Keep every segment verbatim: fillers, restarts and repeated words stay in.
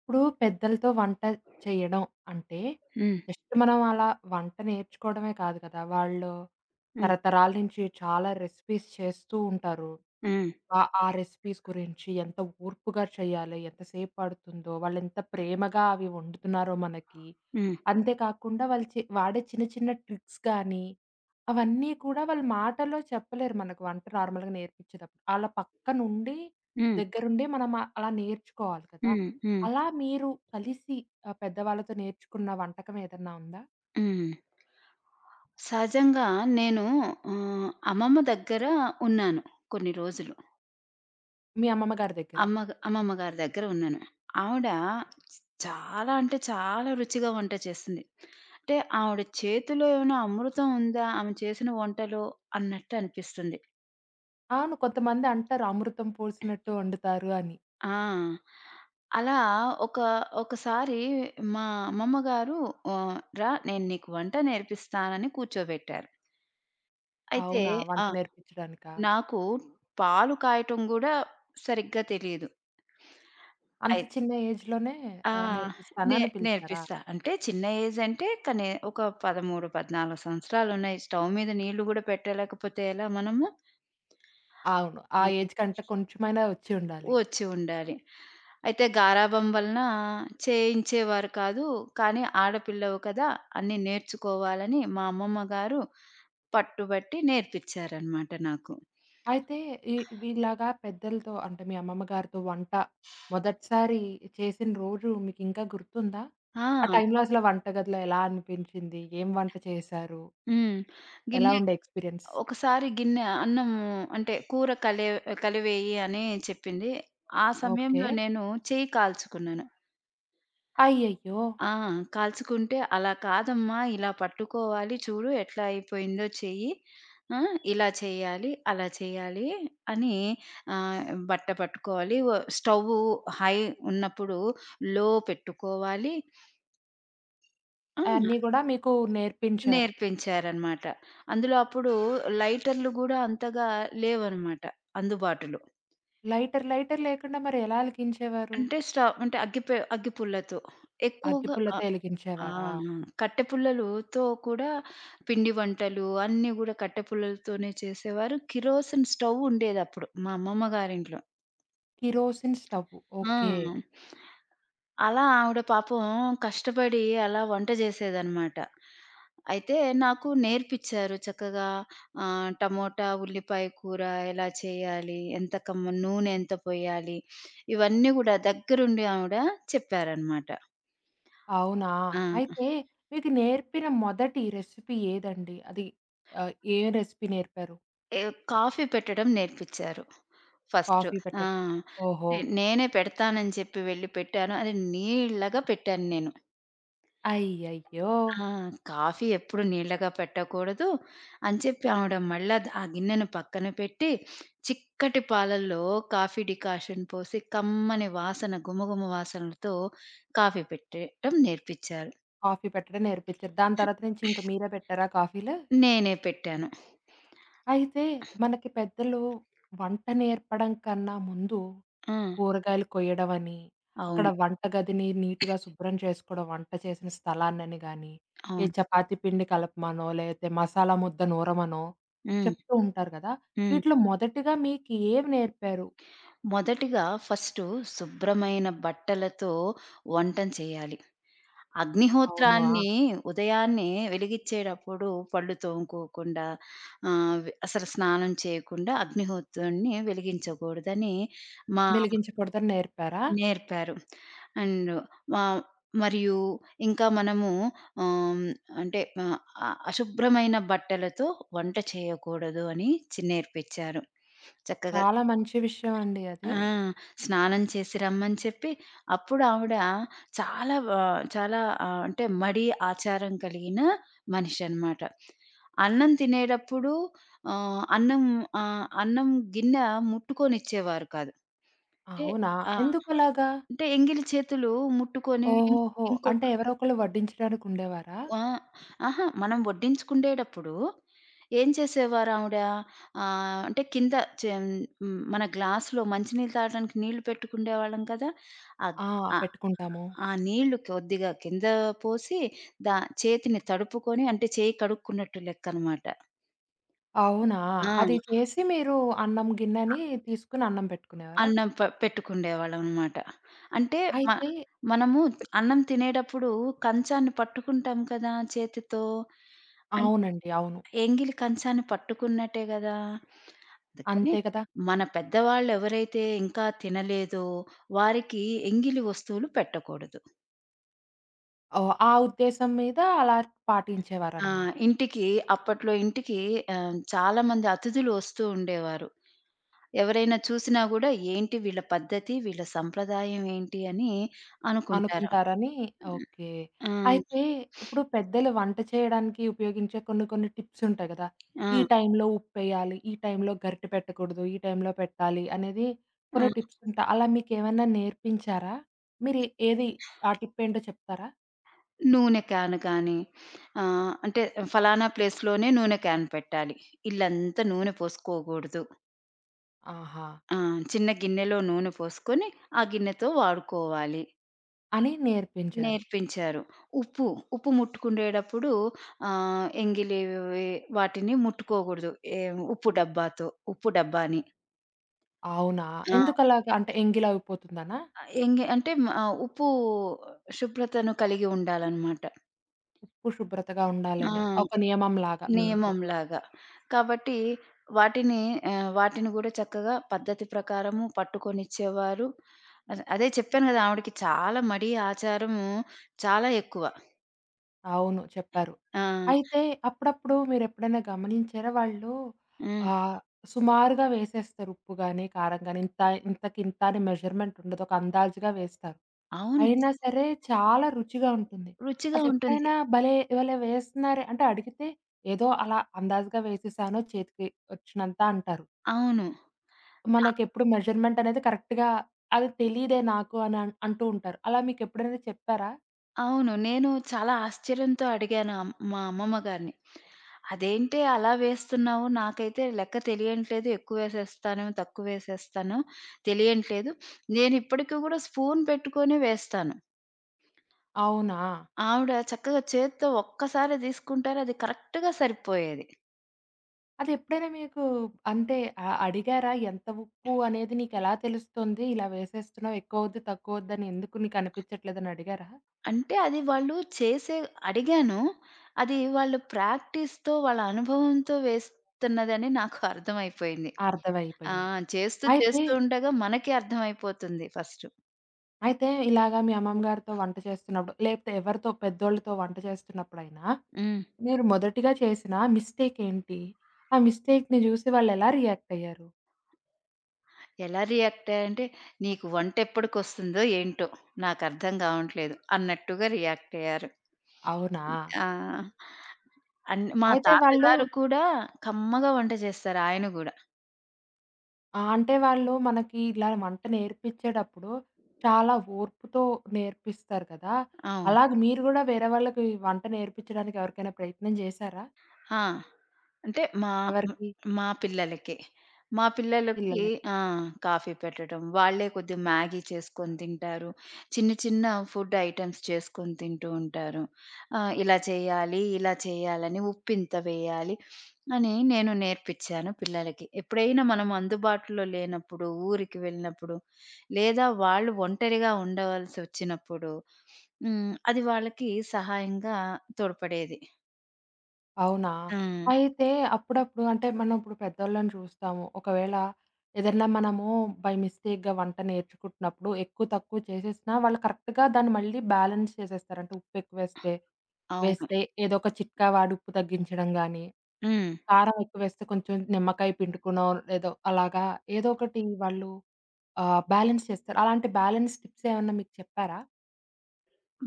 ఇప్పుడు పెద్దలతో వంట చేయడం అంటే, హ్మ్. జస్ట్ మనం అలా వంట నేర్చుకోవడమే కాదు కదా! వాళ్ళు హ్మ్. తరతరాల నుంచి చాలా రెసిపీస్ చేస్తూ ఉంటారు. హ్మ్. ఆ ఆ రెసిపీస్ గురించి ఎంత ఓర్పుగా చేయాలి, ఎంత సేపు పడుతుందో, వాళ్ళెంత ప్రేమగా అవి వండుతున్నారో మనకి. హ్మ్. అంతే కాకుండా వాళ్ళు చె వాడే చిన్న చిన్న ట్రిక్స్ గానీ, అవన్నీ కూడా వాళ్ళు మాటల్లో చెప్పలేరు మనకు వంట నార్మల్‌గా నేర్పించేటప్పుడు. ఆళ్ళ పక్కనుండి, హ్మ్. దగ్గరుండి మనం ఆ- అలా నేర్చుకోవాలి కదా! హ్మ్. హ్మ్. అలా మీరు కలిసి ఆహ్, పెద్దవాళ్ళతో నేర్చుకున్న వంటకం ఏదన్నా ఉందా? హ్మ్. సహజంగా నేను ఆహ్, అమ్మమ్మ దగ్గర ఉన్నాను కొన్ని రోజులు. మీ అమ్మమ్మ గారి దగ్గర. అమ్మ అమ్మమ్మ గారి దగ్గర ఉన్నాను. ఆవిడ చాలా అంటే చాలా రుచిగా వంట చేస్తుంది. అంటే ఆవిడ చేతిలో ఏమైనా అమృతం ఉందా ఆమె చేసిన వంటలో అన్నట్టు అనిపిస్తుంది. అవును. కొంతమంది అంటారు అమృతం పోసినట్టు వండుతారు అని. ఆ! అలా ఒక ఒకసారి మా అమ్మమ్మ గారు ఆహ్, "రా నేను నీకు వంట నేర్పిస్తానని" కూర్చోబెట్టారు. అయితే అవునా? వంట ఆ! నేర్పించడానికా? నాకు పాలు కాయటం గూడా సరిగ్గా తెలీదు. అంత అయి చిన్న ఏజ్‌లోనే ఆ! ఆహ్, నేర్పిస్తాను నే అని పిలిచారా? నేర్పిస్తా. అంటే చిన్న ఏజ్ అంటే కనీ ఒక పదమూడు, పద్నాలుగు సంవత్సరాలున్నాయి. స్టవ్ మీద నీళ్లు గూడా పెట్టలేకపోతే ఎలా మనము? అవును. ఆ హ్మ్. ఏజ్ కంటే కొంచెమైనా వచ్చి ఉండాలి. వచ్చి ఉండాలి. అయితే గారాబం వలన చేయించేవారు కాదు. కానీ ఆడపిల్లవు కదా! అన్నీ నేర్చుకోవాలని మా అమ్మమ్మ గారు పట్టుబట్టి నేర్పిచ్చారనమాట నాకు. అయితే ఈ వీళ్ళలాగా పెద్దలతో అంటే మీ అమ్మమ్మ గారితో వంట మొదటిసారి చేసిన రోజు మీకింకా గుర్తుందా? ఆ ఆ! టైంలో అసలు వంటగదిలో ఎలా అనిపించింది? ఏం వంట చేశారు? హ్మ్. ఎలా గిన్నె ఉండే ఎక్స్‌పీరియన్స్? ఒకసారి గిన్నె అన్నము అంటే కూర కలి కలివేయి అని చెప్పింది. ఆ ఓకే. సమయంలో నేను చెయ్యి కాల్చుకున్నాను. అయ్యయ్యో! ఆ! కాల్చుకుంటే, "అలా కాదమ్మా! ఇలా పట్టుకోవాలి చూడు ఎట్లా అయిపోయిందో చెయ్యి. ఆ! ఇలా చేయాలి, అలా చేయాలి" అని ఆహ్, బట్ట పట్టుకోవాలి. వ స్టవ్వు హై ఉన్నప్పుడు లో పెట్టుకోవాలి. ఆ! అయన్నీ గూడా మీకు నేర్పించారు. నేర్పించారనమాట. అందులో అప్పుడు లైటర్‌లు గూడా అంతగా లేవనమాట అందుబాటులో. లైటర్, లైటర్ లేకుండా మరి ఎలా వెలిగించేవారు? అంటే స్టవ్ అంటే అగ్గి పె అగ్గి పుల్లతో. ఎక్కువగా ఆ! అగ్గిపుల్లతో ఆ! ఎలిగించేవారా? కట్టె పుల్లలుతో కూడా పిండి వంటలు అన్నీ గూడా కట్టె పుల్లలతోనే చేసేవారు. కిరోసిన్ స్టవ్ ఉండేదప్పుడు మా అమ్మమ్మ గారింట్లో. Kerosene stove. ఆ! ఓకే. అలా ఆవిడ పాపం కష్టపడి అలా వంట జేసేదనమాట. అయితే నాకు నేర్పిచ్చారు చక్కగా ఆహ్, టమోటా, ఉల్లిపాయ కూర ఎలా చేయాలి? ఎంత కమ్మ నూనె ఎంత పొయ్యాలి? ఇవన్నీ గూడా దగ్గరుండి ఆవిడ చెప్పారనమాట. అవునా? ఆ! అయితే మీకు నేర్పిన మొదటి రెసిపీ ఏదండి? అది ఆహ్, ఏ రెసిపీ నేర్పారు? ఏ కాఫీ పెట్టడం నేర్పిచ్చారు ఫస్టు. కాఫీ ఆ! పెట్టడం. ఓహో! నేనే పెడతానని చెప్పి వెళ్లి పెట్టాను. అది నీళ్ళగా పెట్టాను నేను. అయ్యయ్యో! ఆ! కాఫీ ఎప్పుడు నీళ్ళగా పెట్టకూడదు అని చెప్పి ఆవిడ మళ్ళా ద ఆ గిన్నెను పక్కన పెట్టి, చిక్కటి పాలల్లో కాఫీ డికాషన్ పోసి కమ్మని వాసన గుమగుమ వాసనలతో కాఫీ పెట్టడం నేర్పిచ్చారు. కాఫీ పెట్టడం నేర్పించారు. దాని తర్వాత నుంచి ఇంక మీరే పెట్టారా కాఫీలు? నేనే పెట్టాను. అయితే మనకి పెద్దలు వంట నేర్పడం కన్నా ముందు ఆ! కూరగాయలు కొయ్యడమని, అక్కడ అవును. వంటగదిని నీట్‌గా శుభ్రం చేసుకోవడం, వంట చేసిన స్థలాన్నని గాని, ఏ అవును. చపాతీ పిండి కలపమనో, లేతే మసాలా ముద్ద నూరమనో హ్మ్. చెప్తూ ఉంటారు కదా! హ్మ్. వీటిలో మొదటిగా మీకు ఏవి నేర్పారు? మొదటిగా ఫస్టు శుభ్రమైన బట్టలతో వంటను చేయాలి. అవునా! అగ్నిహోత్రాన్ని ఉదయాన్నే వెలిగిచ్చేటప్పుడు పళ్ళు తోముకోకుండా ఆహ్, వె అసలు స్నానం చేయకుండా అగ్నిహోత్రాన్ని వెలిగించకూడదని మా వెలిగించకూడదని నేర్పారా? నేర్పారు. అండ్ మా మరియు ఇంకా మనము ఆహ్, అంటే ఆహ్, అ అశుభ్రమైన బట్టలతో వంట చేయకూడదు అని చి నేర్పించారు. చక్కగా చాలా మంచి విషయం అండి అది. ఆ! స్నానం చేసి రమ్మని చెప్పి, అప్పుడు ఆవిడ చాలా వ చాలా ఆహ్, అంటే మడి ఆచారం కలిగిన మనిషనమాట. అన్నం తినేటప్పుడు ఆహ్, అన్నం ఆహ్, అన్నం గిన్నె ముట్టుకొనిచ్చేవారు కాదు. అంటే అవునా! ఆ! ఎందుకలాగా? అంటే ఎంగిలి చేతులు ముట్టుకొని ఇం ఓహోహో! ఇంకొ అంటే ఎవరో ఒకళ్ళు వడ్డించడానికి ఉండేవారా? ఆ! అహా! మనం వడ్డించుకుండేటప్పుడు ఏం చేసేవారావిడ, ఆహ్, అంటే కింద చె హ్మ్, మన గ్లాస్‌లో మంచి నీళ్ళు తాగడానికి నీళ్ళు పెట్టుకుండేవాళ్ళం కదా! అద్ ఆ! ఆ! పెట్టుకుంటాము. ఆ నీళ్ళు కొద్దిగా కింద పోసి, దా చేతిని తడుపుకొని అంటే చేయి కడుక్కున్నట్టు లెక్కనమాట. అవునా? ఆ! అది చేసి మీరు అన్నం గిన్నెని తీసుకొని అన్నం పెట్టుకునేవారా? అన్నం ప పెట్టుకుండేవాళ్ళమనమాట. అంటే మ అయితే మనము అన్నం తినేటప్పుడు కంచాన్ని పట్టుకుంటాం కదా చేతితో. అన్ అవునండి. అవును. ఎంగిలి కంచాన్ని పట్టుకున్నట్టే గదా! అందుకని అంతే కదా! మన పెద్దవాళ్ళెవరైతే ఇంకా తినలేదో వారికి ఎంగిలి వస్తువులు పెట్టకూడదు. ఓహ్! ఆ ఉద్దేశం మీద అలా ఆ! పాటించేవారనమాట. ఇంటికి అప్పట్లో ఇంటికి ఆహ్, చాలామంది అతిథులు వస్తూ ఉండేవారు. ఎవరైనా చూసినా గూడా ఏంటి వీళ్ళ పద్ధతి, వీళ్ళ సంప్రదాయం ఏంటి అని అనుకుంటారు. అనుకుంటారని ఓకే. ఆ! అయితే ఇప్పుడు పెద్దలు వంట చేయడానికి ఉపయోగించే కొన్ని కొన్ని టిప్స్ ఉంటాయి కదా! ఆ! ఈ టైంలో ఉప్పేయాలి, ఈ టైంలో గరిటె పెట్టకూడదు, ఈ టైంలో పెట్టాలి అనేది ఆ! కొన్ని టిప్స్ ఉంటాయి. అలా మీకేమన్నా నేర్పించారా? మీరు ఏది ఆ టిప్ ఏంటో చెప్తారా? నూనె క్యాను కానీ ఆహ్, అంటే ఫలానా ప్లేస్‌లోనే నూనె క్యాన్ పెట్టాలి. ఇల్లంతా నూనె పోసుకోగూడదు. ఆహా! ఆ! చిన్న గిన్నెలో నూనె పోసుకొని, ఆ గిన్నెతో వాడుకోవాలి. అని నేర్పించారు. నేర్పించారు. ఉప్పు, ఉప్పు ముట్టుకునేటప్పుడు ఆహ్, ఎంగిలివి వాటిని ముట్టుకోకూడదు. ఏ ఉప్పు డబ్బాతో, ఉప్పు డబ్బాని. అవునా? ఆ! ఎందుకలాగా? అంటే ఎంగిలవిపోతుందనా? ఎంగి అంటే ఆహ్, ఉప్పు శుభ్రతను కలిగి ఉండాలనమాట. ఉప్పు శుభ్రతగా ఉండాలని ఆ! ఒక నియమంలాగా మీ ఇంట్లో. నియమంలాగా. కాబట్టి వాటిని ఆహ్, వాటిని గూడా చక్కగా పద్ధతి ప్రకారము పట్టుకొనిచ్చేవారు. అదే అదే చెప్పాను గదా! ఆవిడకి చాలా మడి ఆచారము చాలా ఎక్కువ. అవును. చెప్పారు. ఆ! అయితే అప్పుడప్పుడు మీరెప్పుడైనా గమనించారా వాళ్ళు హ్మ్. ఆహ్, సుమారుగా వేసేస్తారు ఉప్పు గాని, కారం గాని ఇంత ఇంతకింత అని మెజర్‌మెంట్ ఉండదు. ఒక అందాజుగా వేస్తారు. అవును. అయినా సరే చాలా రుచిగా ఉంటుంది. రుచిగా ఉంటుంది. అదెప్పుడైనా భలే! భలే! వేస్తున్నారే అంటే అడిగితే ఏదో అలా అందాజుగా వేసేసాను చేతికి వచ్చినంత అంటారు. అవును. నా మనకెప్పుడు మెజర్‌మెంట్ అనేది కరెక్ట్‌గా అది తెలీదే నాకు అని అన్ అంటూ ఉంటారు. అలా మీకెప్పుడైనా చెప్పారా? అవును. నేను చాలా ఆశ్చర్యంతో అడిగాను అమ్ మా అమ్మమ్మ గారిని. "అదేంటే అలా వేస్తున్నావు? నాకైతే లెక్క తెలియట్లేదు. ఎక్కువ వేసేస్తాను, తక్కువ వేసేస్తాను తెలియట్లేదు. నేనిప్పటికి కూడా స్పూన్ పెట్టుకొని వేస్తాను." అవునా? ఆవిడ చక్కగా చేత్తో ఒక్కసారి తీసుకుంటారు. అది కరెక్ట్‌గా సరిపోయేది. అదెప్పుడైనా మీకు అంటే ఆహ్, అడిగారా? ఎంత ఉప్పు అనేది నీకెలా తెలుస్తుంది? ఇలా వేసేస్తున్నావు ఎక్కువవుద్ది, తక్కువవుద్దని ఎందుకు నీకనిపించట్లేదని అడిగారా? అంటే అది వాళ్ళు చేసే అడిగాను. అది వాళ్ళు ప్రాక్టీస్‌తో, వాళ్ళ అనుభవంతో వేస్తున్నదని నాకు అర్థమైపోయింది. ఆ, ఆ! అర్థమైపోయింది. చేస్తూ, అయితే, చేస్తూ ఉండగా మనకే అర్థమైపోతుంది ఫస్ట్. అయితే ఇలాగా మీ అమ్మమ్మ గారితో వంట చేస్తున్నప్పుడు, లేపోతే ఎవరితో పెద్దోళ్ళతో వంట చేస్తున్నప్పుడైనా, హ్మ్. మీరు మొదటిగా చేసిన మిస్టేక్ ఏంటి? ఆ మిస్టేక్‌ని జూసి వాళ్ళెలా రియాక్ట్ అయ్యారు? ఎలా రియాక్ట్ అయ్యారంటే, "నీకు వంటెప్పటికొస్తుందో ఏంటో? నాకర్థం కావట్లేదు" అన్నట్టుగా రియాక్ట్ అయ్యారు. అవునా? ఆ! అన్ మా అయితే వాళ్ళు తాతగారు కూడా కమ్మగా వంట చేస్తారు ఆయన గూడా. ఆ! అంటే వాళ్ళు మనకి ఇలా వంట నేర్పించేటప్పుడు చాలా ఓర్పుతో నేర్పిస్తారు కదా! అవును. అలాగే మీరు గూడా వేరే వాళ్ళకి వంట నేర్పించడానికి ఎవరికైనా ప్రయత్నం చేశారా? ఆ! అంటే మా హ్మ్. ఎవరికి? మా పిల్లలకి. మా పిల్లలకి పిల్లలకి. ఆ! కాఫీ పెట్టడం. వాళ్ళే కొద్దిగా మ్యాగీ చేసుకొని తింటారు. చిన్న చిన్న ఫుడ్ ఐటెమ్స్ చేసుకొని తింటూ ఉంటారు. ఆహ్, ఇలా చేయాలి, ఇలా చేయాలని, ఉప్పు ఇంత వేయాలి అని నేను నేర్పిచ్చాను పిల్లలకి. ఎప్పుడైనా మనం అందుబాటులో లేనప్పుడు, ఊరికి వెళ్ళినప్పుడు, లేదా వాళ్ళు ఒంటరిగా ఉండవలసి వచ్చినప్పుడు హ్మ్. అది వాళ్ళకి సహాయంగా తోడ్పడేది. అవునా? హ్మ్. అయితే అప్పుడప్పుడు అంటే మనం ఇప్పుడు పెద్దోళ్ళని చూస్తాము. ఒకవేళ ఏదన్నా మనము బై మిస్టేక్‌గా వంట నేర్చుకుంటున్నప్పుడు ఎక్కువ తక్కువ చేసేసినా వాళ్ళు కరెక్ట్‌గా దాన్ని మళ్ళీ బ్యాలెన్స్ చేసేస్తారు. అంటే ఉప్పు ఎక్కువేస్తే అవును. వేస్తే వేస్తే ఏదో ఒక చిట్కా వాడి ఉప్పు తగ్గించడం గాని హ్మ్. కారం ఎక్కువేస్తే కొంచెం నిమ్మకాయ పిండుకునో, లేదో అలాగా ఏదో ఒకటి వాళ్ళు ఆహ్, బ్యాలెన్స్ చేస్తారు. అలాంటి బ్యాలెన్స్ టిప్స్ ఏమన్నా మీకు చెప్పారా?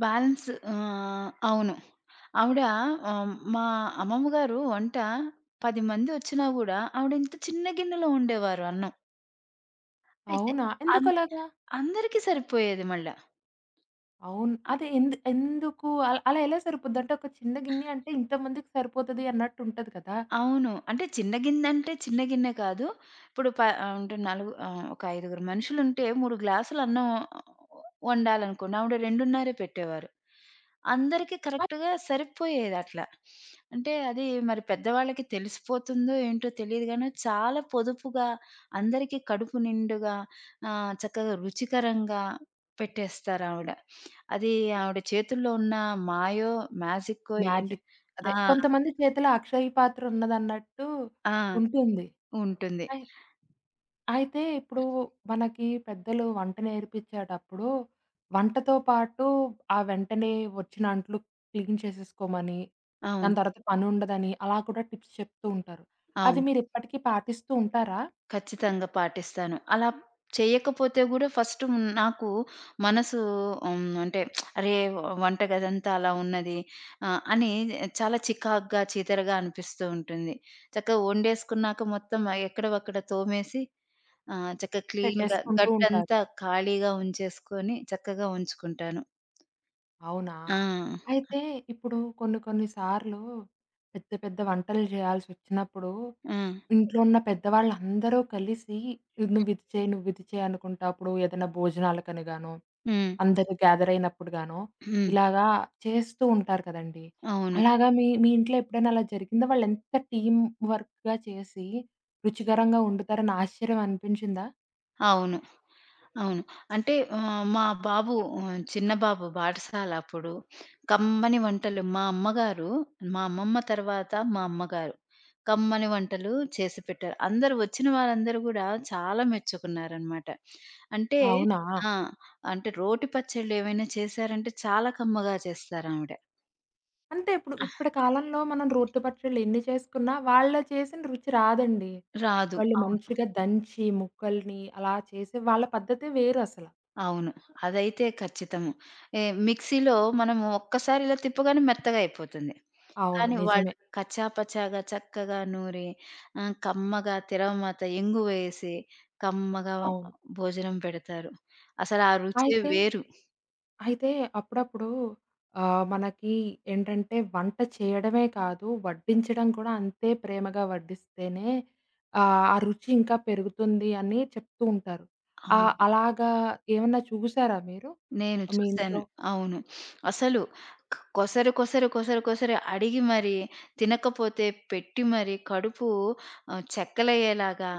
బ్యాలెన్స్ ఆహ్, అవును. ఆవిడ ఆహ్, మా అమ్మమ్మ గారు వంట పది మంది వచ్చినా గూడా ఆవిడ ఇంత చిన్న గిన్నెలో వండేవారు అన్నం. అయితే అవునా? అన్ ఎందుకలాగా? అందరికీ సరిపోయేది మళ్ళా. అవును. అదే ఎందు ఎందుకు అల్ అలా ఎలా సరిపోద్దంటే, ఒక చిన్న గిన్నె అంటే ఇంతమందికి సరిపోతది అన్నట్టు ఉంటది కదా! అవును. అంటే చిన్న గిన్నంటే చిన్న గిన్నె కాదు. ఇప్పుడు ప ఆహ్, అంటే నలుగు ఆహ్, ఒక ఐదుగురు మనుషులుంటే మూడు గ్లాసులన్నం వండాలనుకోండి. ఆవిడ రెండున్నర పెట్టేవారు. అందరికి బట్ కరెక్ట్‌గా సరిపోయేదట్లా. అంటే అది మరి పెద్దవాళ్ళకి తెలిసిపోతుందో ఏంటో తెలీదు గానీ, చాలా పొదుపుగా అందరికీ కడుపు నిండుగా ఆహ్, చక్కగా రుచికరంగా పెట్టేస్తారావిడ. అది ఆవిడ చేతుల్లో ఉన్న మాయో, మ్యాజిక్కో ఏంటో మ్యాజిక్. అదే ఆ! కొంతమంది చేతిలో అక్షయ పాత్ర ఉన్నదన్నట్టు ఆ! ఉంటుంది. ఉంటుంది. అయితే ఇప్పుడు మనకి పెద్దలు వంట నేర్పించేటప్పుడు, వంటతో పాటు ఆ వెంటనే వచ్చిన అంట్లు క్లీన్ చేసేసుకోమని, అవును. దాని తర్వాత పనుండదని అలా కూడా టిప్స్ చెప్తూ ఉంటారు. అది అవును. మీరిప్పటికీ పాటిస్తూ ఉంటారా? ఖచ్చితంగా పాటిస్తాను. అలా చేయకపోతే గూడా ఫస్ట్ హ్మ్, నాకు మనసు హ్మ్, అంటే అరే! వంటగదంతా అలా ఉన్నది ఆహ్, అని చాలా చికాకుగా, చీదరగా అనిపిస్తూ ఉంటుంది. చక్కగా వండేసుకున్నాక మొత్తం ఎక్కడవక్కడ తోమేసి ఆహ్, చక్కగా క్లీన్‌గా పెట్టేసుకుంటూ ఉంటారు. గట్టంతా ఖాళీగా ఉంచేసుకొని చక్కగా ఉంచుకుంటాను. అవునా? ఆ! అయితే ఇప్పుడు కొన్ని కొన్ని సార్లు పెద్ద పెద్ద వంటలు జేయాల్సొచ్చినప్పుడు ఆ! ఇంట్లో ఉన్న పెద్దవాళ్ళందరూ కలిసి "నువ్విది చేయి, నువ్విది చేయి" అనుకుంటా అప్పుడు ఏదైనా భోజనాలకని గానో, హ్మ్. అందరూ గ్యాదర్ అయినప్పుడు గానో హ్మ్. ఇలాగా చేస్తూ ఉంటారు కదండీ. అవును. అలాగా మీ మీ ఇంట్లో ఎప్పుడైనా అలా జరిగిందా? వాళ్ళెంత టీమ్ వర్క్‌గా చేసి రుచికరంగా వండుతారని ఆశ్చర్యం అనిపించిందా? అవును. అవును. అంటే ఆహ్, మా బాబు ఆహ్, చిన్న బాబు బాటసాల అప్పుడు కమ్మని వంటలు మా అమ్మగారు, మా అమ్మమ్మ తర్వాత మా అమ్మగారు కమ్మని వంటలు చేసి పెట్టారు. అందరూ వచ్చిన వారందరూ గూడా చాలా మెచ్చుకున్నారనమాట. అంటే అవునా? ఆ! అంటే రోటి పచ్చళ్ళేవైనా చేశారంటే చాలా కమ్మగా చేస్తారావిడ. అంతే ఇప్పుడు ఇప్పటి కాలంలో మనం రోటి పచ్చళ్ళు ఎన్ని చేసుకున్నా వాళ్ళు చేసిన రుచి రాదండి. రాదు. వాళ్ళు అవును. మంచిగా దంచి ముక్కల్ని అలా చేసే వాళ్ళ పద్ధతే వేరసల. అవును. అదైతే ఖచ్చితము. ఏ మిక్సీలో మనము ఒక్కసారి ఇలా తిప్పగానే మెత్తగా అయిపోతుంది. అవును. కానీ నిజమే. వాళ్ళు కచ్చాపచ్చాగా చక్కగా నూరి, ఆహ్, కమ్మగా తిరగమాత ఇంగువేసి, కమ్మగా అవును. భోజనం పెడతారు. అసలు ఆ రుచే అయితే, వేరు. అయితే అప్పుడప్పుడు ఆహ్, మనకి ఏంటంటే వంట చేయడమే కాదు, వడ్డించడం కూడా అంతే ప్రేమగా వడ్డిస్తేనే ఆహ్, ఆ రుచి ఇంకా పెరుగుతుంది అని చెప్తూ ఉంటారు. ఆహ్, అవును. అలాగా ఏమన్నా చూసారా మీరు? నేను మీ చూసాను. ఇంట్లో అవును. అసలు క కొసరు, కొసరు, కొసరు, కొసరు అడిగి మరి తినకపోతే పెట్టి మరి కడుపు ఆహ్, చెక్కలయ్యేలాగా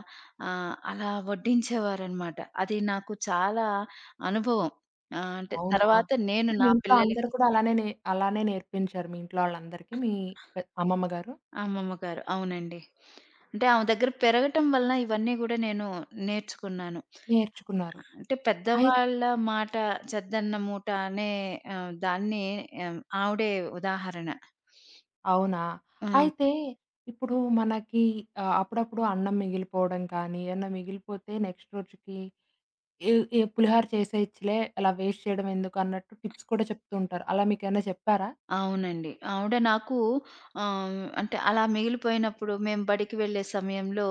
ఆహ్, అలా వడ్డించేవారనమాట. అది నాకు చాలా అనుభవం. ఆహ్, అంటే అవునా? తర్వాత నేను అంటే మీ నా ఇంట్లో అందరూ పిల్లలకి కూడా అలానే నే అలానే నేర్పించారు మీ ఇంట్లో వాళ్ళందరికీ మీ పె అమ్మమ్మ గారు? అమ్మమ్మ గారు. అవునండి. అంటే ఆమె దగ్గర పెరగటం వలన ఇవన్నీ గూడా నేను నేర్చుకున్నాను. నేర్చుకున్నారు. అంటే అయి పెద్దవాళ్ళ మాట చెద్దన్న మూట అనే ఆహ్, దాన్ని ఆహ్, ఆవిడే ఉదాహరణ. అవునా? ఆ! అయితే ఇప్పుడు మనకి ఆహ్, అప్పుడప్పుడు అన్నం మిగిలిపోవడం కానీ, ఏమన్నా మిగిలిపోతే నెక్స్ట్ రోజుకి ఏ ఏ పులిహోర చేసేయచ్చులే అలా వేస్ట్ చేయడం ఎందుకు అన్నట్టు టిప్స్ కూడా చెప్తూ ఉంటారు. అలా మీకేమైనా చెప్పారా? అవునండి. ఆవిడ నాకు ఆహ్, అంటే అలా మిగిలిపోయినప్పుడు మేము బడికి వెళ్ళే సమయంలో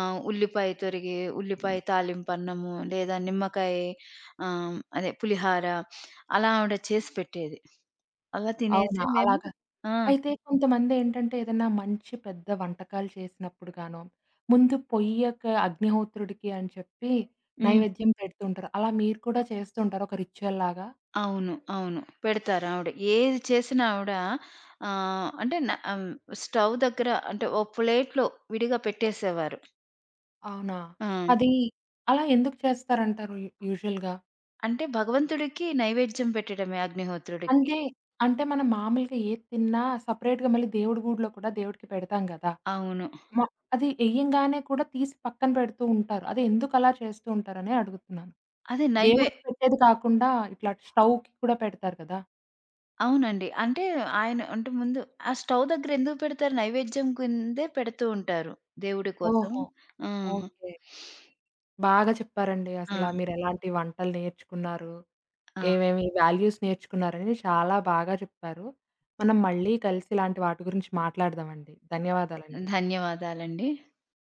ఆహ్, ఉల్లిపాయ తొరిగి, ఉల్లిపాయ తాలింపన్నము లేదా నిమ్మకాయ ఆహ్, అదే పులిహార అలా ఆవిడ చేసి పెట్టేది. అలా అవునా? తినేసి మేము అలాగా. ఆ! అయితే కొంతమందేంటంటే ఏదైనా మంచి పెద్ద వంటకాలు చేసినప్పుడు గాను, ముందు పొయ్యక అగ్నిహోత్రుడికి అని చెప్పి హ్మ్. నైవేద్యం పెడుతూ ఉంటారు. అలా మీరు కూడా చేస్తూ ఉంటారా? ఒక రిచ్యువల్ లాగా? అవును. అవును. పెడతారు ఆవిడ. ఏది చేసినా ఆవిడ ఆహ్, అంటే న ఆహ్, స్టవ్ దగ్గర అంటే ఓ ప్లేట్‌లో విడిగా పెట్టేసేవారు. అవునా? ఆ! అది అలా ఎందుకు చేస్తారంటారు యు యూజువల్‌గా? అంటే భగవంతుడికి నైవేద్యం పెట్టడమే అగ్నిహోత్రుడికి. అంటే, అంటే మనం మామూలుగా ఏది తిన్నా సెపరేట్‌గా మళ్ళీ దేవుడి గుడిలో కూడా దేవుడికి పెడతాం గదా! అవును. మ అది ఎయ్యంగానే కూడా తీసి పక్కన పెడుతూ ఉంటారు. అది ఎందుకలా చేస్తూ ఉంటారనే అడుగుతున్నాను. అదే నైవే దేవుడికి పెట్టేది కాకుండా ఇట్లా స్టవ్‌కి కూడా పెడతారు కదా! అవునండి. అంటే ఆయన అంటే ముందు ఆ స్టవ్ దగ్గర ఎందుకు పెడతారు? నైవేద్యం కిందే పెడుతూ ఉంటారు దేవుడి కోసం. ఓహో! ఆ! ఓకే. బాగా చెప్పారండి. ఆ! అసల మీరెలాంటి వంటలు నేర్చుకున్నారు, ఆ! ఏమేమి వాల్యూస్ నేర్చుకున్నారని చాలా బాగా చెప్పారు. మనం మళ్ళీ కలిసి ఇలాంటి వాటి గురించి మాట్లాడదామండి. ధన్యవాదాలండి. ధన్యవాదాలండి.